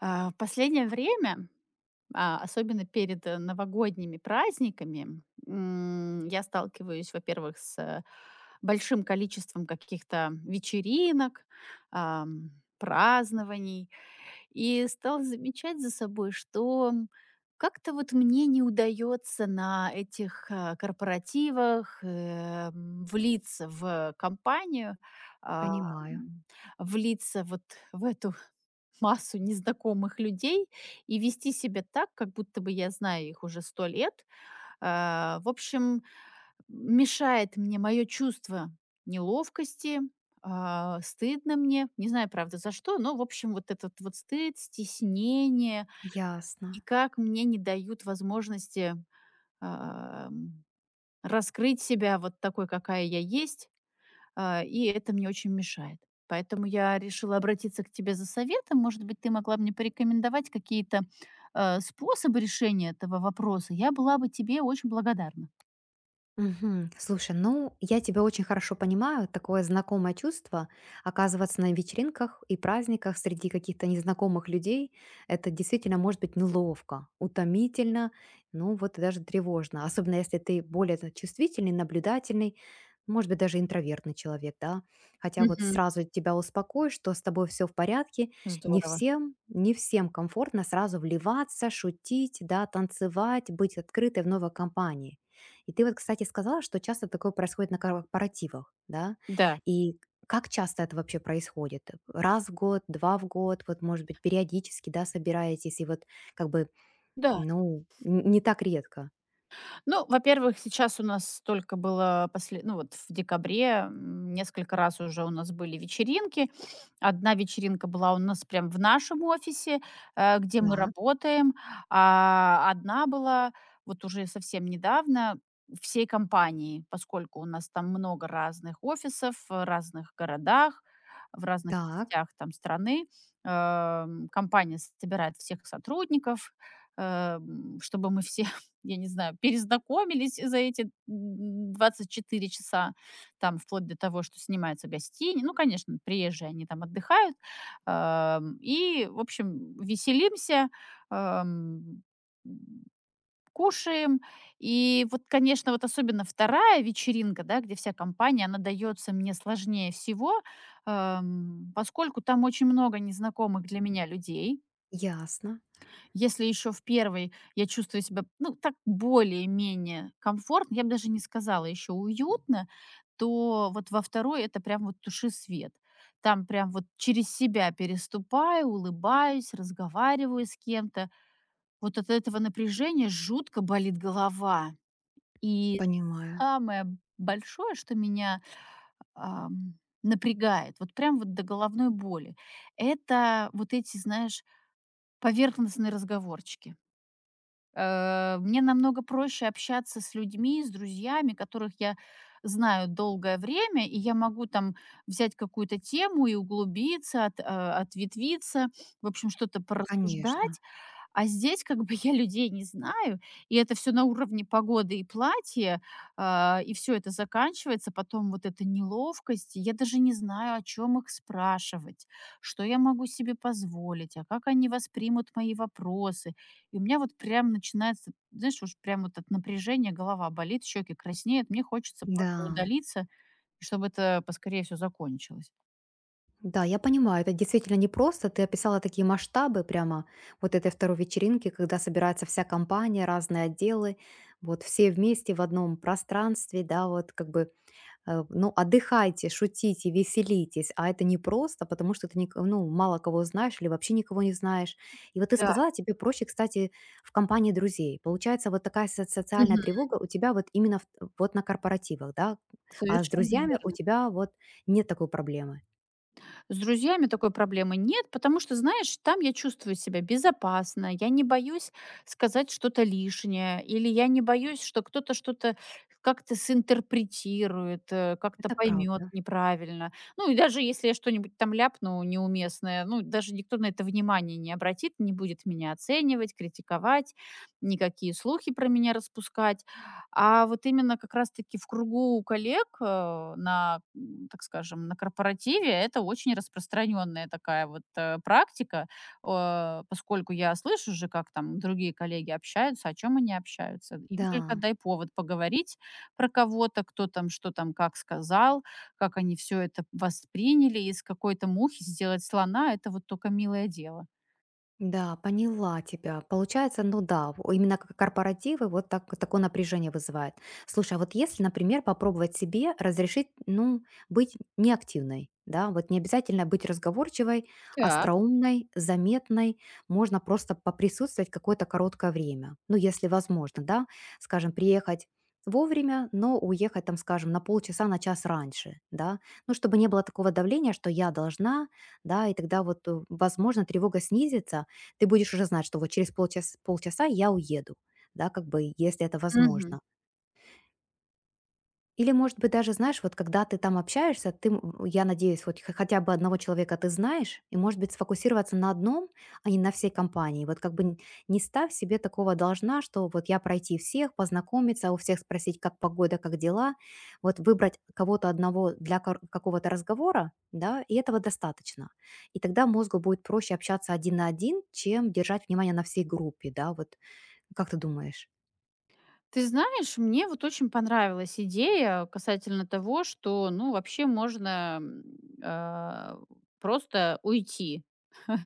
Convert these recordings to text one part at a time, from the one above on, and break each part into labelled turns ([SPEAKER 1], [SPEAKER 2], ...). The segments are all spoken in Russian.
[SPEAKER 1] В последнее время, особенно перед новогодними праздниками, я сталкиваюсь, во-первых, с большим количеством каких-то вечеринок, ам, празднований, и стала замечать за собой, что как-то вот мне не удается на этих, корпоративах, влиться в компанию, а,
[SPEAKER 2] Понимаю.
[SPEAKER 1] м, влиться вот в эту массу незнакомых людей и вести себя так, как будто бы я знаю их уже 100 лет, в общем, мешает мне мое чувство неловкости, стыдно мне, не знаю, правда, за что, но, в общем, вот этот вот стыд, стеснение,
[SPEAKER 2] Ясно.
[SPEAKER 1] и как мне не дают возможности ам, раскрыть себя вот такой, какая я есть, и это мне очень мешает. Поэтому я решила обратиться к тебе за советом. Может быть, ты могла мне порекомендовать какие-то способы решения этого вопроса. Я была бы тебе очень благодарна.
[SPEAKER 2] Мгм. Слушай, ну, я тебя очень хорошо понимаю, такое знакомое чувство оказываться на вечеринках и праздниках среди каких-то незнакомых людей, это действительно может быть неловко, утомительно, ну вот и даже тревожно, особенно если ты более чувствительный, наблюдательный, может быть, даже интровертный человек, да, хотя вот
[SPEAKER 1] Мгм.
[SPEAKER 2] сразу тебя успокою, что с тобой все в порядке,
[SPEAKER 1] Здорово.
[SPEAKER 2] не всем комфортно сразу вливаться, шутить, да, танцевать, быть открытой в новой компании. И ты вот, кстати, сказала, что часто такое происходит на корпоративах, да?
[SPEAKER 1] Да,
[SPEAKER 2] И как часто это вообще происходит? Раз в год, два в год, вот, может быть, периодически, да, собираетесь, и вот как бы,
[SPEAKER 1] да.
[SPEAKER 2] ну, не так редко.
[SPEAKER 1] Ну, во-первых, сейчас у нас только было после, ну вот в декабре несколько раз уже у нас были вечеринки. Одна вечеринка была у нас прям в нашем офисе, где мы
[SPEAKER 2] Так,
[SPEAKER 1] работаем, а одна была вот уже совсем недавно всей компании, поскольку у нас там много разных офисов в разных городах, в разных
[SPEAKER 2] так,
[SPEAKER 1] частях там страны. Компания собирает всех сотрудников, э, чтобы мы все, я не знаю, перезнакомились за эти 24 часа, там, вплоть до того, что снимаются гостини. Ну, конечно, приезжие, они там отдыхают. И, в общем, веселимся, ам, м, кушаем. И вот, конечно, вот особенно вторая вечеринка, да, где вся компания, она дается мне сложнее всего, поскольку там очень много незнакомых для меня людей.
[SPEAKER 2] ясно,
[SPEAKER 1] Если еще в первой я чувствую себя, ну, так более-менее комфортно, я бы даже не сказала, еще уютно, то вот во второй это прям вот туши свет. Там прям вот через себя переступаю, улыбаюсь, разговариваю с кем-то. Вот от этого напряжения жутко болит голова. И
[SPEAKER 2] понимаю,
[SPEAKER 1] самое большое, что меня ам, напрягает, вот прям вот до головной боли, это вот эти, знаешь, поверхностные разговорчики. Мне намного проще общаться с людьми, с друзьями, которых я знаю долгое время, и я могу там взять какую-то тему и углубиться, ответвиться, в общем, что-то
[SPEAKER 2] конечно.
[SPEAKER 1] порассуждать. А здесь как бы я людей не знаю, и это все на уровне погоды и платья, и все это заканчивается. Потом вот эта неловкость, я даже не знаю, о чем их спрашивать, что я могу себе позволить, а как они воспримут мои вопросы. И у меня вот прям начинается, знаешь, уж прям вот от напряжения голова болит, щеки краснеют. Мне хочется просто
[SPEAKER 2] Да,
[SPEAKER 1] удалиться, и чтобы это поскорее все закончилось.
[SPEAKER 2] да, я понимаю, это действительно непросто. Ты описала такие масштабы прямо вот этой второй вечеринки, когда собирается вся компания, разные отделы, вот все вместе в одном пространстве, да, вот как бы ну, отдыхайте, шутите, веселитесь, а это не просто, потому что ты ник ну, мало кого знаешь или вообще никого не знаешь. И вот ты
[SPEAKER 1] Да,
[SPEAKER 2] сказала, тебе проще, кстати, в компании друзей. Получается, вот такая социальная
[SPEAKER 1] мгм,
[SPEAKER 2] тревога у тебя вот именно вот на корпоративах, да? А с
[SPEAKER 1] совершенно
[SPEAKER 2] друзьями у
[SPEAKER 1] верно.
[SPEAKER 2] тебя вот нет такой проблемы.
[SPEAKER 1] С друзьями такой проблемы нет, потому что, знаешь, там я чувствую себя безопасно, я не боюсь сказать что-то лишнее, или я не боюсь, что кто-то что-то как-то синтерпретирует, как-то
[SPEAKER 2] Это
[SPEAKER 1] поймет
[SPEAKER 2] правда.
[SPEAKER 1] неправильно. Ну и даже если я что-нибудь там ляпну неуместное, ну даже никто на это внимание не обратит, не будет меня оценивать, критиковать, никакие слухи про меня распускать. А вот именно как раз-таки в кругу коллег, так скажем, на корпоративе это очень распространенная такая вот практика, поскольку я слышу же, как там другие коллеги общаются, о чем они общаются. Им только
[SPEAKER 2] Да.
[SPEAKER 1] дай повод поговорить про кого-то, кто там, что там, как сказал, как они все это восприняли, из какой-то мухи сделать слона, это вот только милое дело.
[SPEAKER 2] Да, поняла тебя. Получается, ну да, именно как корпоративы вот так, такое напряжение вызывает. Слушай, а вот если, например, попробовать себе разрешить, ну, быть неактивной, да, вот не обязательно быть разговорчивой,
[SPEAKER 1] Так.
[SPEAKER 2] остроумной, заметной, можно просто поприсутствовать какое-то короткое время, ну, если возможно, да, скажем, приехать вовремя, но уехать там, скажем, на полчаса, на час раньше, да, ну, чтобы не было такого давления, что я должна, да, и тогда вот, возможно, тревога снизится, ты будешь уже знать, что вот через полчаса я уеду, да, как бы, если это
[SPEAKER 1] Мгм.
[SPEAKER 2] возможно. Или, может быть, даже, знаешь, вот когда ты там общаешься, ты, я надеюсь, хоть хотя бы одного человека ты знаешь, и, может быть, сфокусироваться на одном, а не на всей компании. Вот как бы не ставь себе такого должна, что вот я пройти всех, познакомиться, у всех спросить, как погода, как дела. Вот выбрать кого-то одного для какого-то разговора, да, и этого достаточно. И тогда мозгу будет проще общаться один на один, чем держать внимание на всей группе, да, вот как ты думаешь?
[SPEAKER 1] Ты знаешь, мне вот очень понравилась идея касательно того, что, ну, вообще можно а, просто уйти.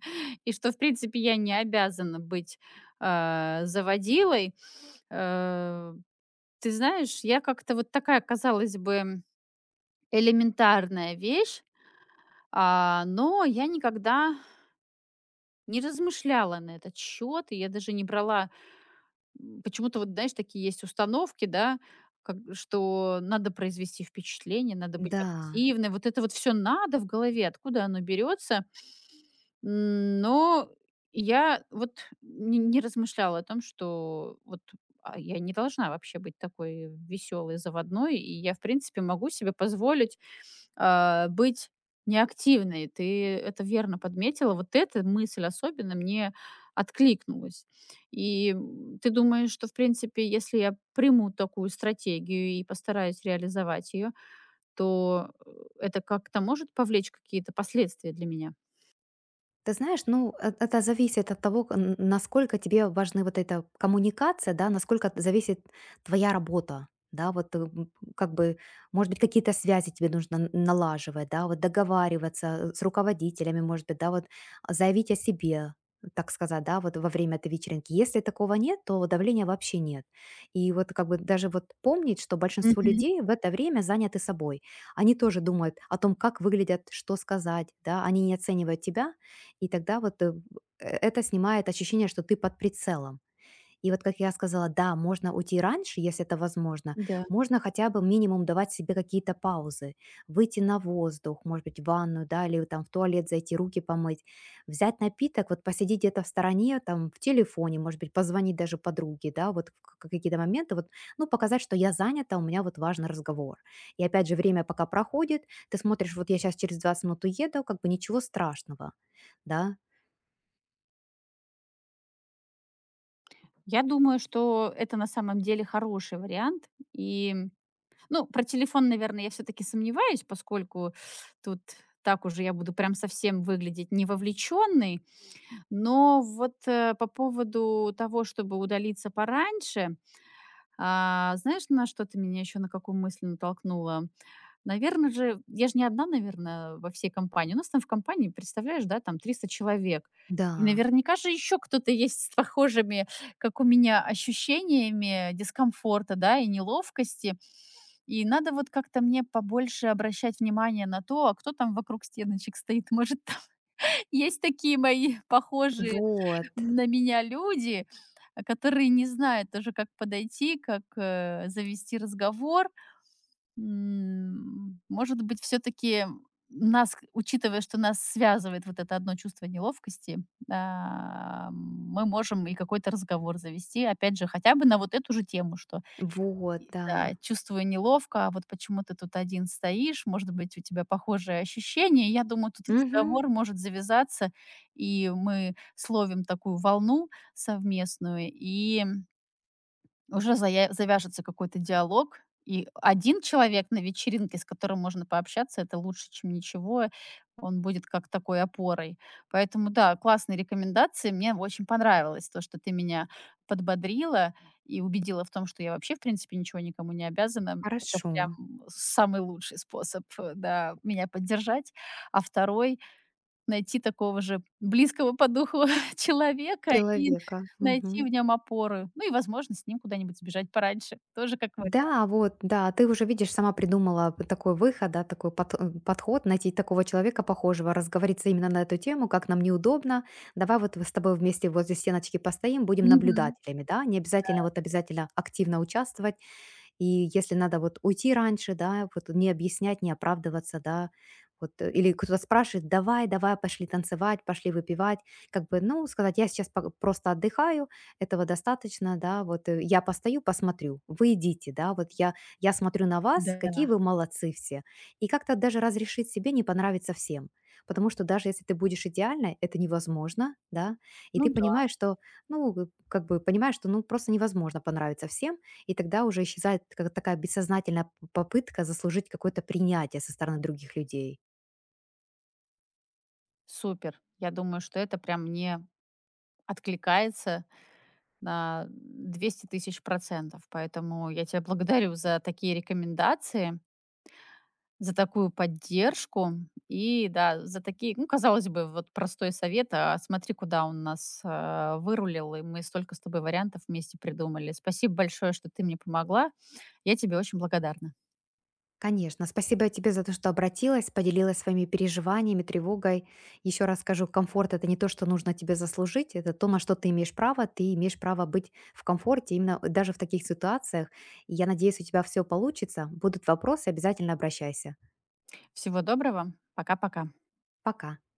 [SPEAKER 1] И что, в принципе, я не обязана быть заводилой. Э, Ты знаешь, я как-то вот такая, казалось бы, элементарная вещь, но я никогда не размышляла на этот счет, и я даже не брала. Почему-то вот, знаешь, такие есть установки, да, как что надо произвести впечатление, надо быть
[SPEAKER 2] Да.
[SPEAKER 1] активной. Вот это вот все надо в голове, откуда оно берется? Но я вот не размышляла о том, что вот, я не должна вообще быть такой веселой, заводной, и я, в принципе, могу себе позволить, быть неактивной. Ты это верно подметила. Вот эта мысль особенно мне откликнулась. И, ты думаешь, что, в принципе, если я приму такую стратегию и постараюсь реализовать ее, то, это как-то может повлечь какие-то последствия для меня?
[SPEAKER 2] Ты знаешь, ну, это зависит от того, насколько тебе важны вот эта коммуникация, да, насколько зависит твоя работа, да, вот как бы, может быть, какие-то связи тебе нужно налаживать, да, вот договариваться с руководителями, может быть, да, вот заявить о себе, так сказать, да, вот во время этой вечеринки. Если такого нет, то давления вообще нет. И вот как бы даже вот помнить, что большинство
[SPEAKER 1] Мгм.
[SPEAKER 2] людей в это время заняты собой. Они тоже думают о том, как выглядят, что сказать, да, они не оценивают тебя, и тогда вот, это снимает ощущение, что ты под прицелом. И вот, как я сказала, да, можно уйти раньше, если это возможно.
[SPEAKER 1] Да.
[SPEAKER 2] Можно хотя бы минимум давать себе какие-то паузы. Выйти на воздух, может быть, в ванную, да, или там в туалет зайти, руки помыть. Взять напиток, вот посидеть где-то в стороне, там, в телефоне, может быть, позвонить даже подруге, да, вот в какие-то моменты, вот, ну, показать, что я занята, у меня вот важный разговор. И опять же, время пока проходит, ты смотришь, вот я сейчас через 20 минут уеду, как бы ничего страшного, да,
[SPEAKER 1] Я думаю, что это на самом деле хороший вариант. И, ну, про телефон, наверное, я все-таки сомневаюсь, поскольку тут так уже я буду прям совсем выглядеть не вовлеченной. Но вот по поводу того, чтобы удалиться пораньше, знаешь, на что ты меня еще, на какую мысль натолкнула? Наверное же, я же не одна, наверное, во всей компании. У нас там в компании, представляешь, да, там 300 человек.
[SPEAKER 2] Да,
[SPEAKER 1] И наверняка же еще кто-то есть с похожими, как у меня, ощущениями дискомфорта, да, и неловкости. И надо вот как-то мне побольше обращать внимание на то, а кто там вокруг стеночек стоит. Может, там есть такие мои похожие
[SPEAKER 2] вот,
[SPEAKER 1] на меня люди, которые не знают тоже, как подойти, как, завести разговор. Может быть, все таки нас, учитывая, что нас связывает вот это одно чувство неловкости, мы можем и какой-то разговор завести, опять же, хотя бы на вот эту же тему, что
[SPEAKER 2] вот,
[SPEAKER 1] и да,
[SPEAKER 2] да.
[SPEAKER 1] чувствую неловко, а вот почему ты тут один стоишь, может быть, у тебя похожие ощущения. Я думаю, тут
[SPEAKER 2] Мгм.
[SPEAKER 1] разговор может завязаться, и мы словим такую волну совместную, и уже зая завяжется какой-то диалог, и один человек на вечеринке, с которым можно пообщаться, это лучше, чем ничего. Он будет как такой опорой. Поэтому да, классные рекомендации. Мне очень понравилось то, что ты меня подбодрила и убедила в том, что я вообще, в принципе, ничего никому не обязана. Это
[SPEAKER 2] Хорошо.
[SPEAKER 1] прям самый лучший способ, да, меня поддержать. А второй — найти такого же близкого по духу человека и
[SPEAKER 2] Человека.
[SPEAKER 1] найти в
[SPEAKER 2] Мгм.
[SPEAKER 1] нем опору. Ну и, возможно, с ним куда-нибудь сбежать пораньше. Тоже как вариант.
[SPEAKER 2] Да, вот, да, ты уже, видишь, сама придумала такой выход, да, такой подход, найти такого человека похожего, разговориться именно на эту тему, как нам неудобно. Давай вот с тобой вместе возле стеночки постоим, будем
[SPEAKER 1] Мгм.
[SPEAKER 2] наблюдателями, да, не обязательно вот обязательно активно участвовать, И если надо вот уйти раньше, да, вот не объяснять, не оправдываться, да, вот, или кто-то спрашивает, давай, давай, пошли танцевать, пошли выпивать, как бы, ну, сказать, я сейчас просто отдыхаю, этого достаточно, да, вот я постою, посмотрю, вы идите, да, вот я смотрю на вас, какие
[SPEAKER 1] Да.
[SPEAKER 2] вы молодцы все, и как-то даже разрешить себе не понравиться всем, потому что даже если ты будешь идеальной, это невозможно, да, и
[SPEAKER 1] Ну
[SPEAKER 2] ты
[SPEAKER 1] да.
[SPEAKER 2] понимаешь, что, ну, как бы понимаешь, что, ну, просто невозможно понравиться всем, и тогда уже исчезает как такая бессознательная п попытка заслужить какое-то принятие со стороны других людей.
[SPEAKER 1] Супер. Я думаю, что это прям мне откликается на 200 000%. Поэтому я тебя благодарю за такие рекомендации. За такую поддержку и, да, за такие, ну, казалось бы, вот простой совет, а смотри, куда он нас вырулил, и мы столько с тобой вариантов вместе придумали. Спасибо большое, что ты мне помогла. Я тебе очень благодарна.
[SPEAKER 2] Конечно, спасибо тебе за то, что обратилась, поделилась своими переживаниями, тревогой. Еще раз скажу, комфорт- это не то, что нужно тебе заслужить, это то, на что ты имеешь право. Ты имеешь право быть в комфорте именно даже в таких ситуациях. И я надеюсь, у тебя все получится. Будут вопросы, обязательно обращайся.
[SPEAKER 1] Всего доброго. Пока-пока.
[SPEAKER 2] Пока.